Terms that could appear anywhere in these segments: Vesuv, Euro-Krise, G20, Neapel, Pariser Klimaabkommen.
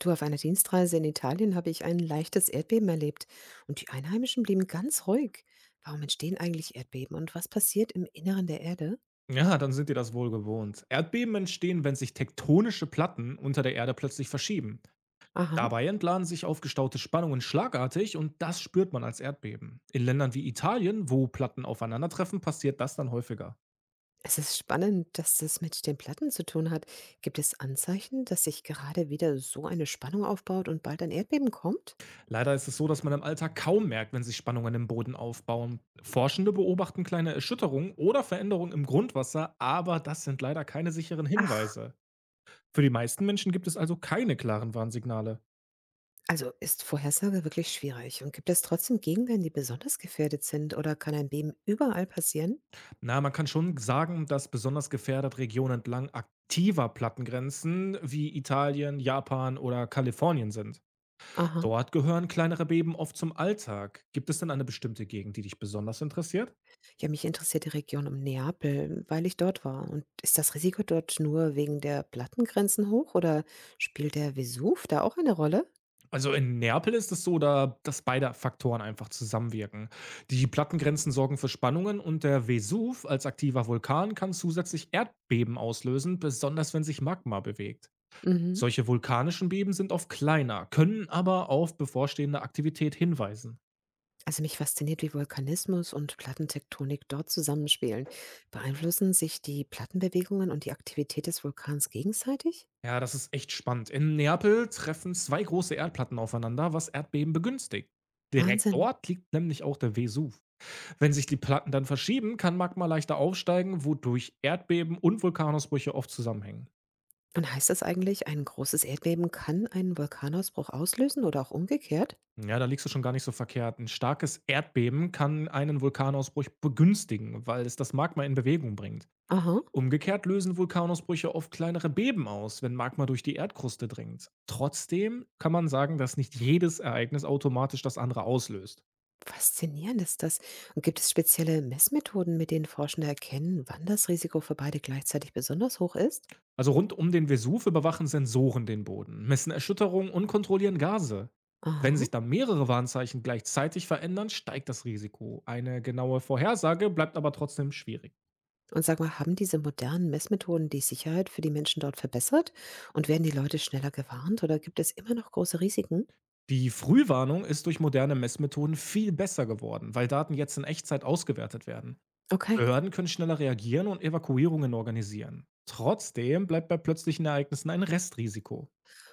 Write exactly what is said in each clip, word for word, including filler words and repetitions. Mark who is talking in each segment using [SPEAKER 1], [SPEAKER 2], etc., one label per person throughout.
[SPEAKER 1] Du, auf einer Dienstreise in Italien habe ich ein leichtes Erdbeben erlebt und die Einheimischen blieben ganz ruhig. Warum entstehen eigentlich Erdbeben und was passiert im Inneren der Erde?
[SPEAKER 2] Ja, dann sind dir das wohl gewohnt. Erdbeben entstehen, wenn sich tektonische Platten unter der Erde plötzlich verschieben.
[SPEAKER 1] Aha,
[SPEAKER 2] Dabei entladen sich aufgestaute Spannungen schlagartig und das spürt man als Erdbeben. In Ländern wie Italien, wo Platten aufeinandertreffen, passiert das dann häufiger.
[SPEAKER 1] es ist spannend, dass das mit den Platten zu tun hat. Gibt es Anzeichen, dass sich gerade wieder so eine Spannung aufbaut und bald ein Erdbeben kommt?
[SPEAKER 2] Leider ist es so, dass man im Alltag kaum merkt, wenn sich Spannungen im Boden aufbauen. Forschende beobachten kleine Erschütterungen oder Veränderungen im Grundwasser, aber das sind leider keine sicheren
[SPEAKER 1] Ach,
[SPEAKER 2] Hinweise. Für die meisten Menschen gibt es also keine klaren Warnsignale.
[SPEAKER 1] also ist Vorhersage wirklich schwierig und gibt es trotzdem Gegenden, die besonders gefährdet sind oder kann ein Beben überall passieren?
[SPEAKER 2] Na, man kann schon sagen, dass besonders gefährdet Regionen entlang aktiver Plattengrenzen wie Italien, Japan oder Kalifornien sind.
[SPEAKER 1] Aha.
[SPEAKER 2] Dort gehören kleinere Beben oft zum Alltag. Gibt es denn eine bestimmte Gegend, die dich besonders interessiert?
[SPEAKER 1] Ja, mich interessiert die Region um Neapel, weil ich dort war. Und ist das Risiko dort nur wegen der Plattengrenzen hoch oder spielt der Vesuv da auch eine Rolle?
[SPEAKER 2] Also in Neapel ist es so, da, dass beide Faktoren einfach zusammenwirken. Die Plattengrenzen sorgen für Spannungen und der Vesuv als aktiver Vulkan kann zusätzlich Erdbeben auslösen, besonders wenn sich Magma bewegt.
[SPEAKER 1] Mhm.
[SPEAKER 2] Solche vulkanischen Beben sind oft kleiner, können aber auf bevorstehende Aktivität hinweisen.
[SPEAKER 1] Also mich fasziniert, wie Vulkanismus und Plattentektonik dort zusammenspielen. Beeinflussen sich die Plattenbewegungen und die Aktivität des Vulkans gegenseitig?
[SPEAKER 2] Ja, das ist echt spannend. In Neapel treffen zwei große Erdplatten aufeinander, was Erdbeben begünstigt. Direkt
[SPEAKER 1] Wahnsinn.
[SPEAKER 2] dort liegt nämlich auch der Vesuv. Wenn sich die Platten dann verschieben, kann Magma leichter aufsteigen, wodurch Erdbeben und Vulkanausbrüche oft zusammenhängen.
[SPEAKER 1] Und heißt das eigentlich, ein großes Erdbeben kann einen Vulkanausbruch auslösen oder auch umgekehrt?
[SPEAKER 2] Ja, da liegst du schon gar nicht so verkehrt. Ein starkes Erdbeben kann einen Vulkanausbruch begünstigen, weil es das Magma in Bewegung bringt.
[SPEAKER 1] Aha.
[SPEAKER 2] Umgekehrt lösen Vulkanausbrüche oft kleinere Beben aus, wenn Magma durch die Erdkruste dringt. Trotzdem kann man sagen, dass nicht jedes Ereignis automatisch das andere auslöst.
[SPEAKER 1] Faszinierend ist das. Und gibt es spezielle Messmethoden, mit denen Forschende erkennen, wann das Risiko für beide gleichzeitig besonders hoch ist?
[SPEAKER 2] Also rund um den Vesuv überwachen Sensoren den Boden, messen Erschütterungen und kontrollieren Gase. Wenn
[SPEAKER 1] Aha.
[SPEAKER 2] sich da mehrere Warnzeichen gleichzeitig verändern, steigt das Risiko. Eine genaue Vorhersage bleibt aber trotzdem schwierig.
[SPEAKER 1] Und sag mal, haben diese modernen Messmethoden die Sicherheit für die Menschen dort verbessert? Und werden die Leute schneller gewarnt oder gibt es immer noch große Risiken?
[SPEAKER 2] Die Frühwarnung ist durch moderne Messmethoden viel besser geworden, weil Daten jetzt in Echtzeit ausgewertet werden.
[SPEAKER 1] Okay.
[SPEAKER 2] Behörden können schneller reagieren und Evakuierungen organisieren. Trotzdem bleibt bei plötzlichen Ereignissen ein Restrisiko.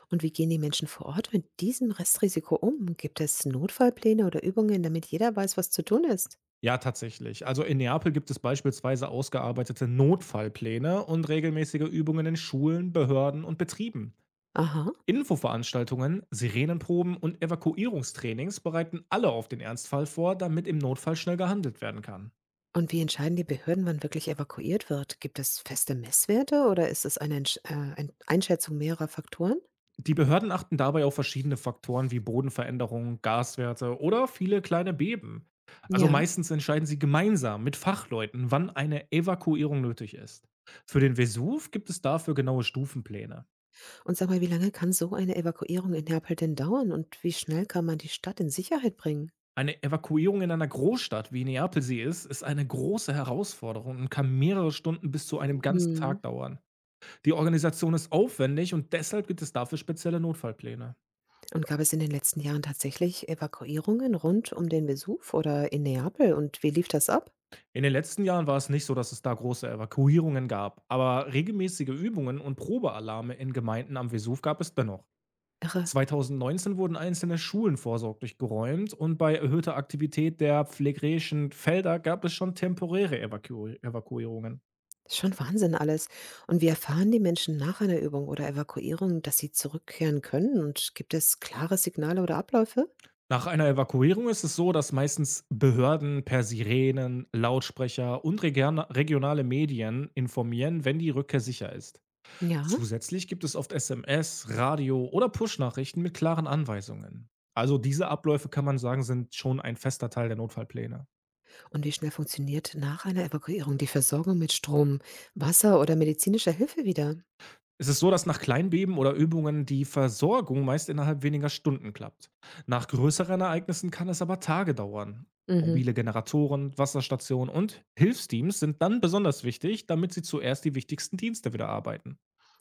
[SPEAKER 1] Und wie gehen die Menschen vor Ort mit diesem Restrisiko um? Gibt es Notfallpläne oder Übungen, damit jeder weiß, was zu tun ist?
[SPEAKER 2] Ja, tatsächlich. Also in Neapel gibt es beispielsweise ausgearbeitete Notfallpläne und regelmäßige Übungen in Schulen, Behörden und Betrieben.
[SPEAKER 1] Aha.
[SPEAKER 2] Infoveranstaltungen, Sirenenproben und Evakuierungstrainings bereiten alle auf den Ernstfall vor, damit im Notfall schnell gehandelt werden kann.
[SPEAKER 1] Und wie entscheiden die Behörden, wann wirklich evakuiert wird? Gibt es feste Messwerte oder ist es eine Entsch äh, ein Einschätzung mehrerer Faktoren?
[SPEAKER 2] Die Behörden achten dabei auf verschiedene Faktoren wie Bodenveränderungen, Gaswerte oder viele kleine Beben. Also
[SPEAKER 1] Ja.
[SPEAKER 2] meistens entscheiden sie gemeinsam mit Fachleuten, wann eine Evakuierung nötig ist. Für den Vesuv gibt es dafür genaue Stufenpläne.
[SPEAKER 1] Und sag mal, wie lange kann so eine Evakuierung in Neapel denn dauern und wie schnell kann man die Stadt in Sicherheit bringen?
[SPEAKER 2] Eine Evakuierung in einer Großstadt, wie Neapel sie ist, ist eine große Herausforderung und kann mehrere Stunden bis zu einem ganzen Tag
[SPEAKER 1] Hm.
[SPEAKER 2] dauern. Die Organisation ist aufwendig und deshalb gibt es dafür spezielle Notfallpläne.
[SPEAKER 1] Und gab es in den letzten Jahren tatsächlich Evakuierungen rund um den Vesuv oder in Neapel und wie lief das ab?
[SPEAKER 2] In den letzten Jahren war es nicht so, dass es da große Evakuierungen gab, aber regelmäßige Übungen und Probealarme in Gemeinden am Vesuv gab es dennoch.
[SPEAKER 1] Irre.
[SPEAKER 2] zwanzig neunzehn wurden einzelne Schulen vorsorglich geräumt und bei erhöhter Aktivität der pflegerischen Felder gab es schon temporäre Evaku Evakuierungen.
[SPEAKER 1] Ist schon Wahnsinn alles. Und wie erfahren die Menschen nach einer Übung oder Evakuierung, dass sie zurückkehren können? Und gibt es klare Signale oder Abläufe?
[SPEAKER 2] Nach einer Evakuierung ist es so, dass meistens Behörden per Sirenen, Lautsprecher und regiona- regionale Medien informieren, wenn die Rückkehr sicher ist.
[SPEAKER 1] Ja.
[SPEAKER 2] Zusätzlich gibt es oft S M S, Radio oder Push-Nachrichten mit klaren Anweisungen. Also diese Abläufe kann man sagen, sind schon ein fester Teil der Notfallpläne.
[SPEAKER 1] Und wie schnell funktioniert nach einer Evakuierung die Versorgung mit Strom, Wasser oder medizinischer Hilfe wieder?
[SPEAKER 2] Es ist so, dass nach Kleinbeben oder Übungen die Versorgung meist innerhalb weniger Stunden klappt. Nach größeren Ereignissen kann es aber Tage dauern.
[SPEAKER 1] Mhm.
[SPEAKER 2] Mobile Generatoren, Wasserstationen und Hilfsteams sind dann besonders wichtig, damit sie zuerst die wichtigsten Dienste wieder arbeiten.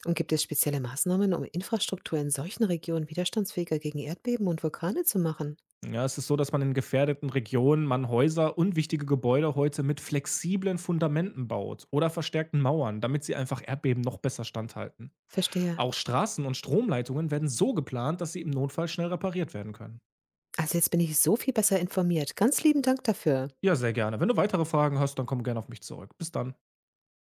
[SPEAKER 1] Und gibt es spezielle Maßnahmen, um Infrastruktur in solchen Regionen widerstandsfähiger gegen Erdbeben und Vulkane zu machen?
[SPEAKER 2] Ja, es ist so, dass man in gefährdeten Regionen man Häuser und wichtige Gebäude heute mit flexiblen Fundamenten baut oder verstärkten Mauern, damit sie einfach Erdbeben noch besser standhalten.
[SPEAKER 1] Verstehe.
[SPEAKER 2] Auch Straßen und Stromleitungen werden so geplant, dass sie im Notfall schnell repariert werden können.
[SPEAKER 1] Also jetzt bin ich so viel besser informiert. Ganz lieben Dank dafür.
[SPEAKER 2] Ja, sehr gerne. Wenn du weitere Fragen hast, dann komm gerne auf mich zurück. Bis dann.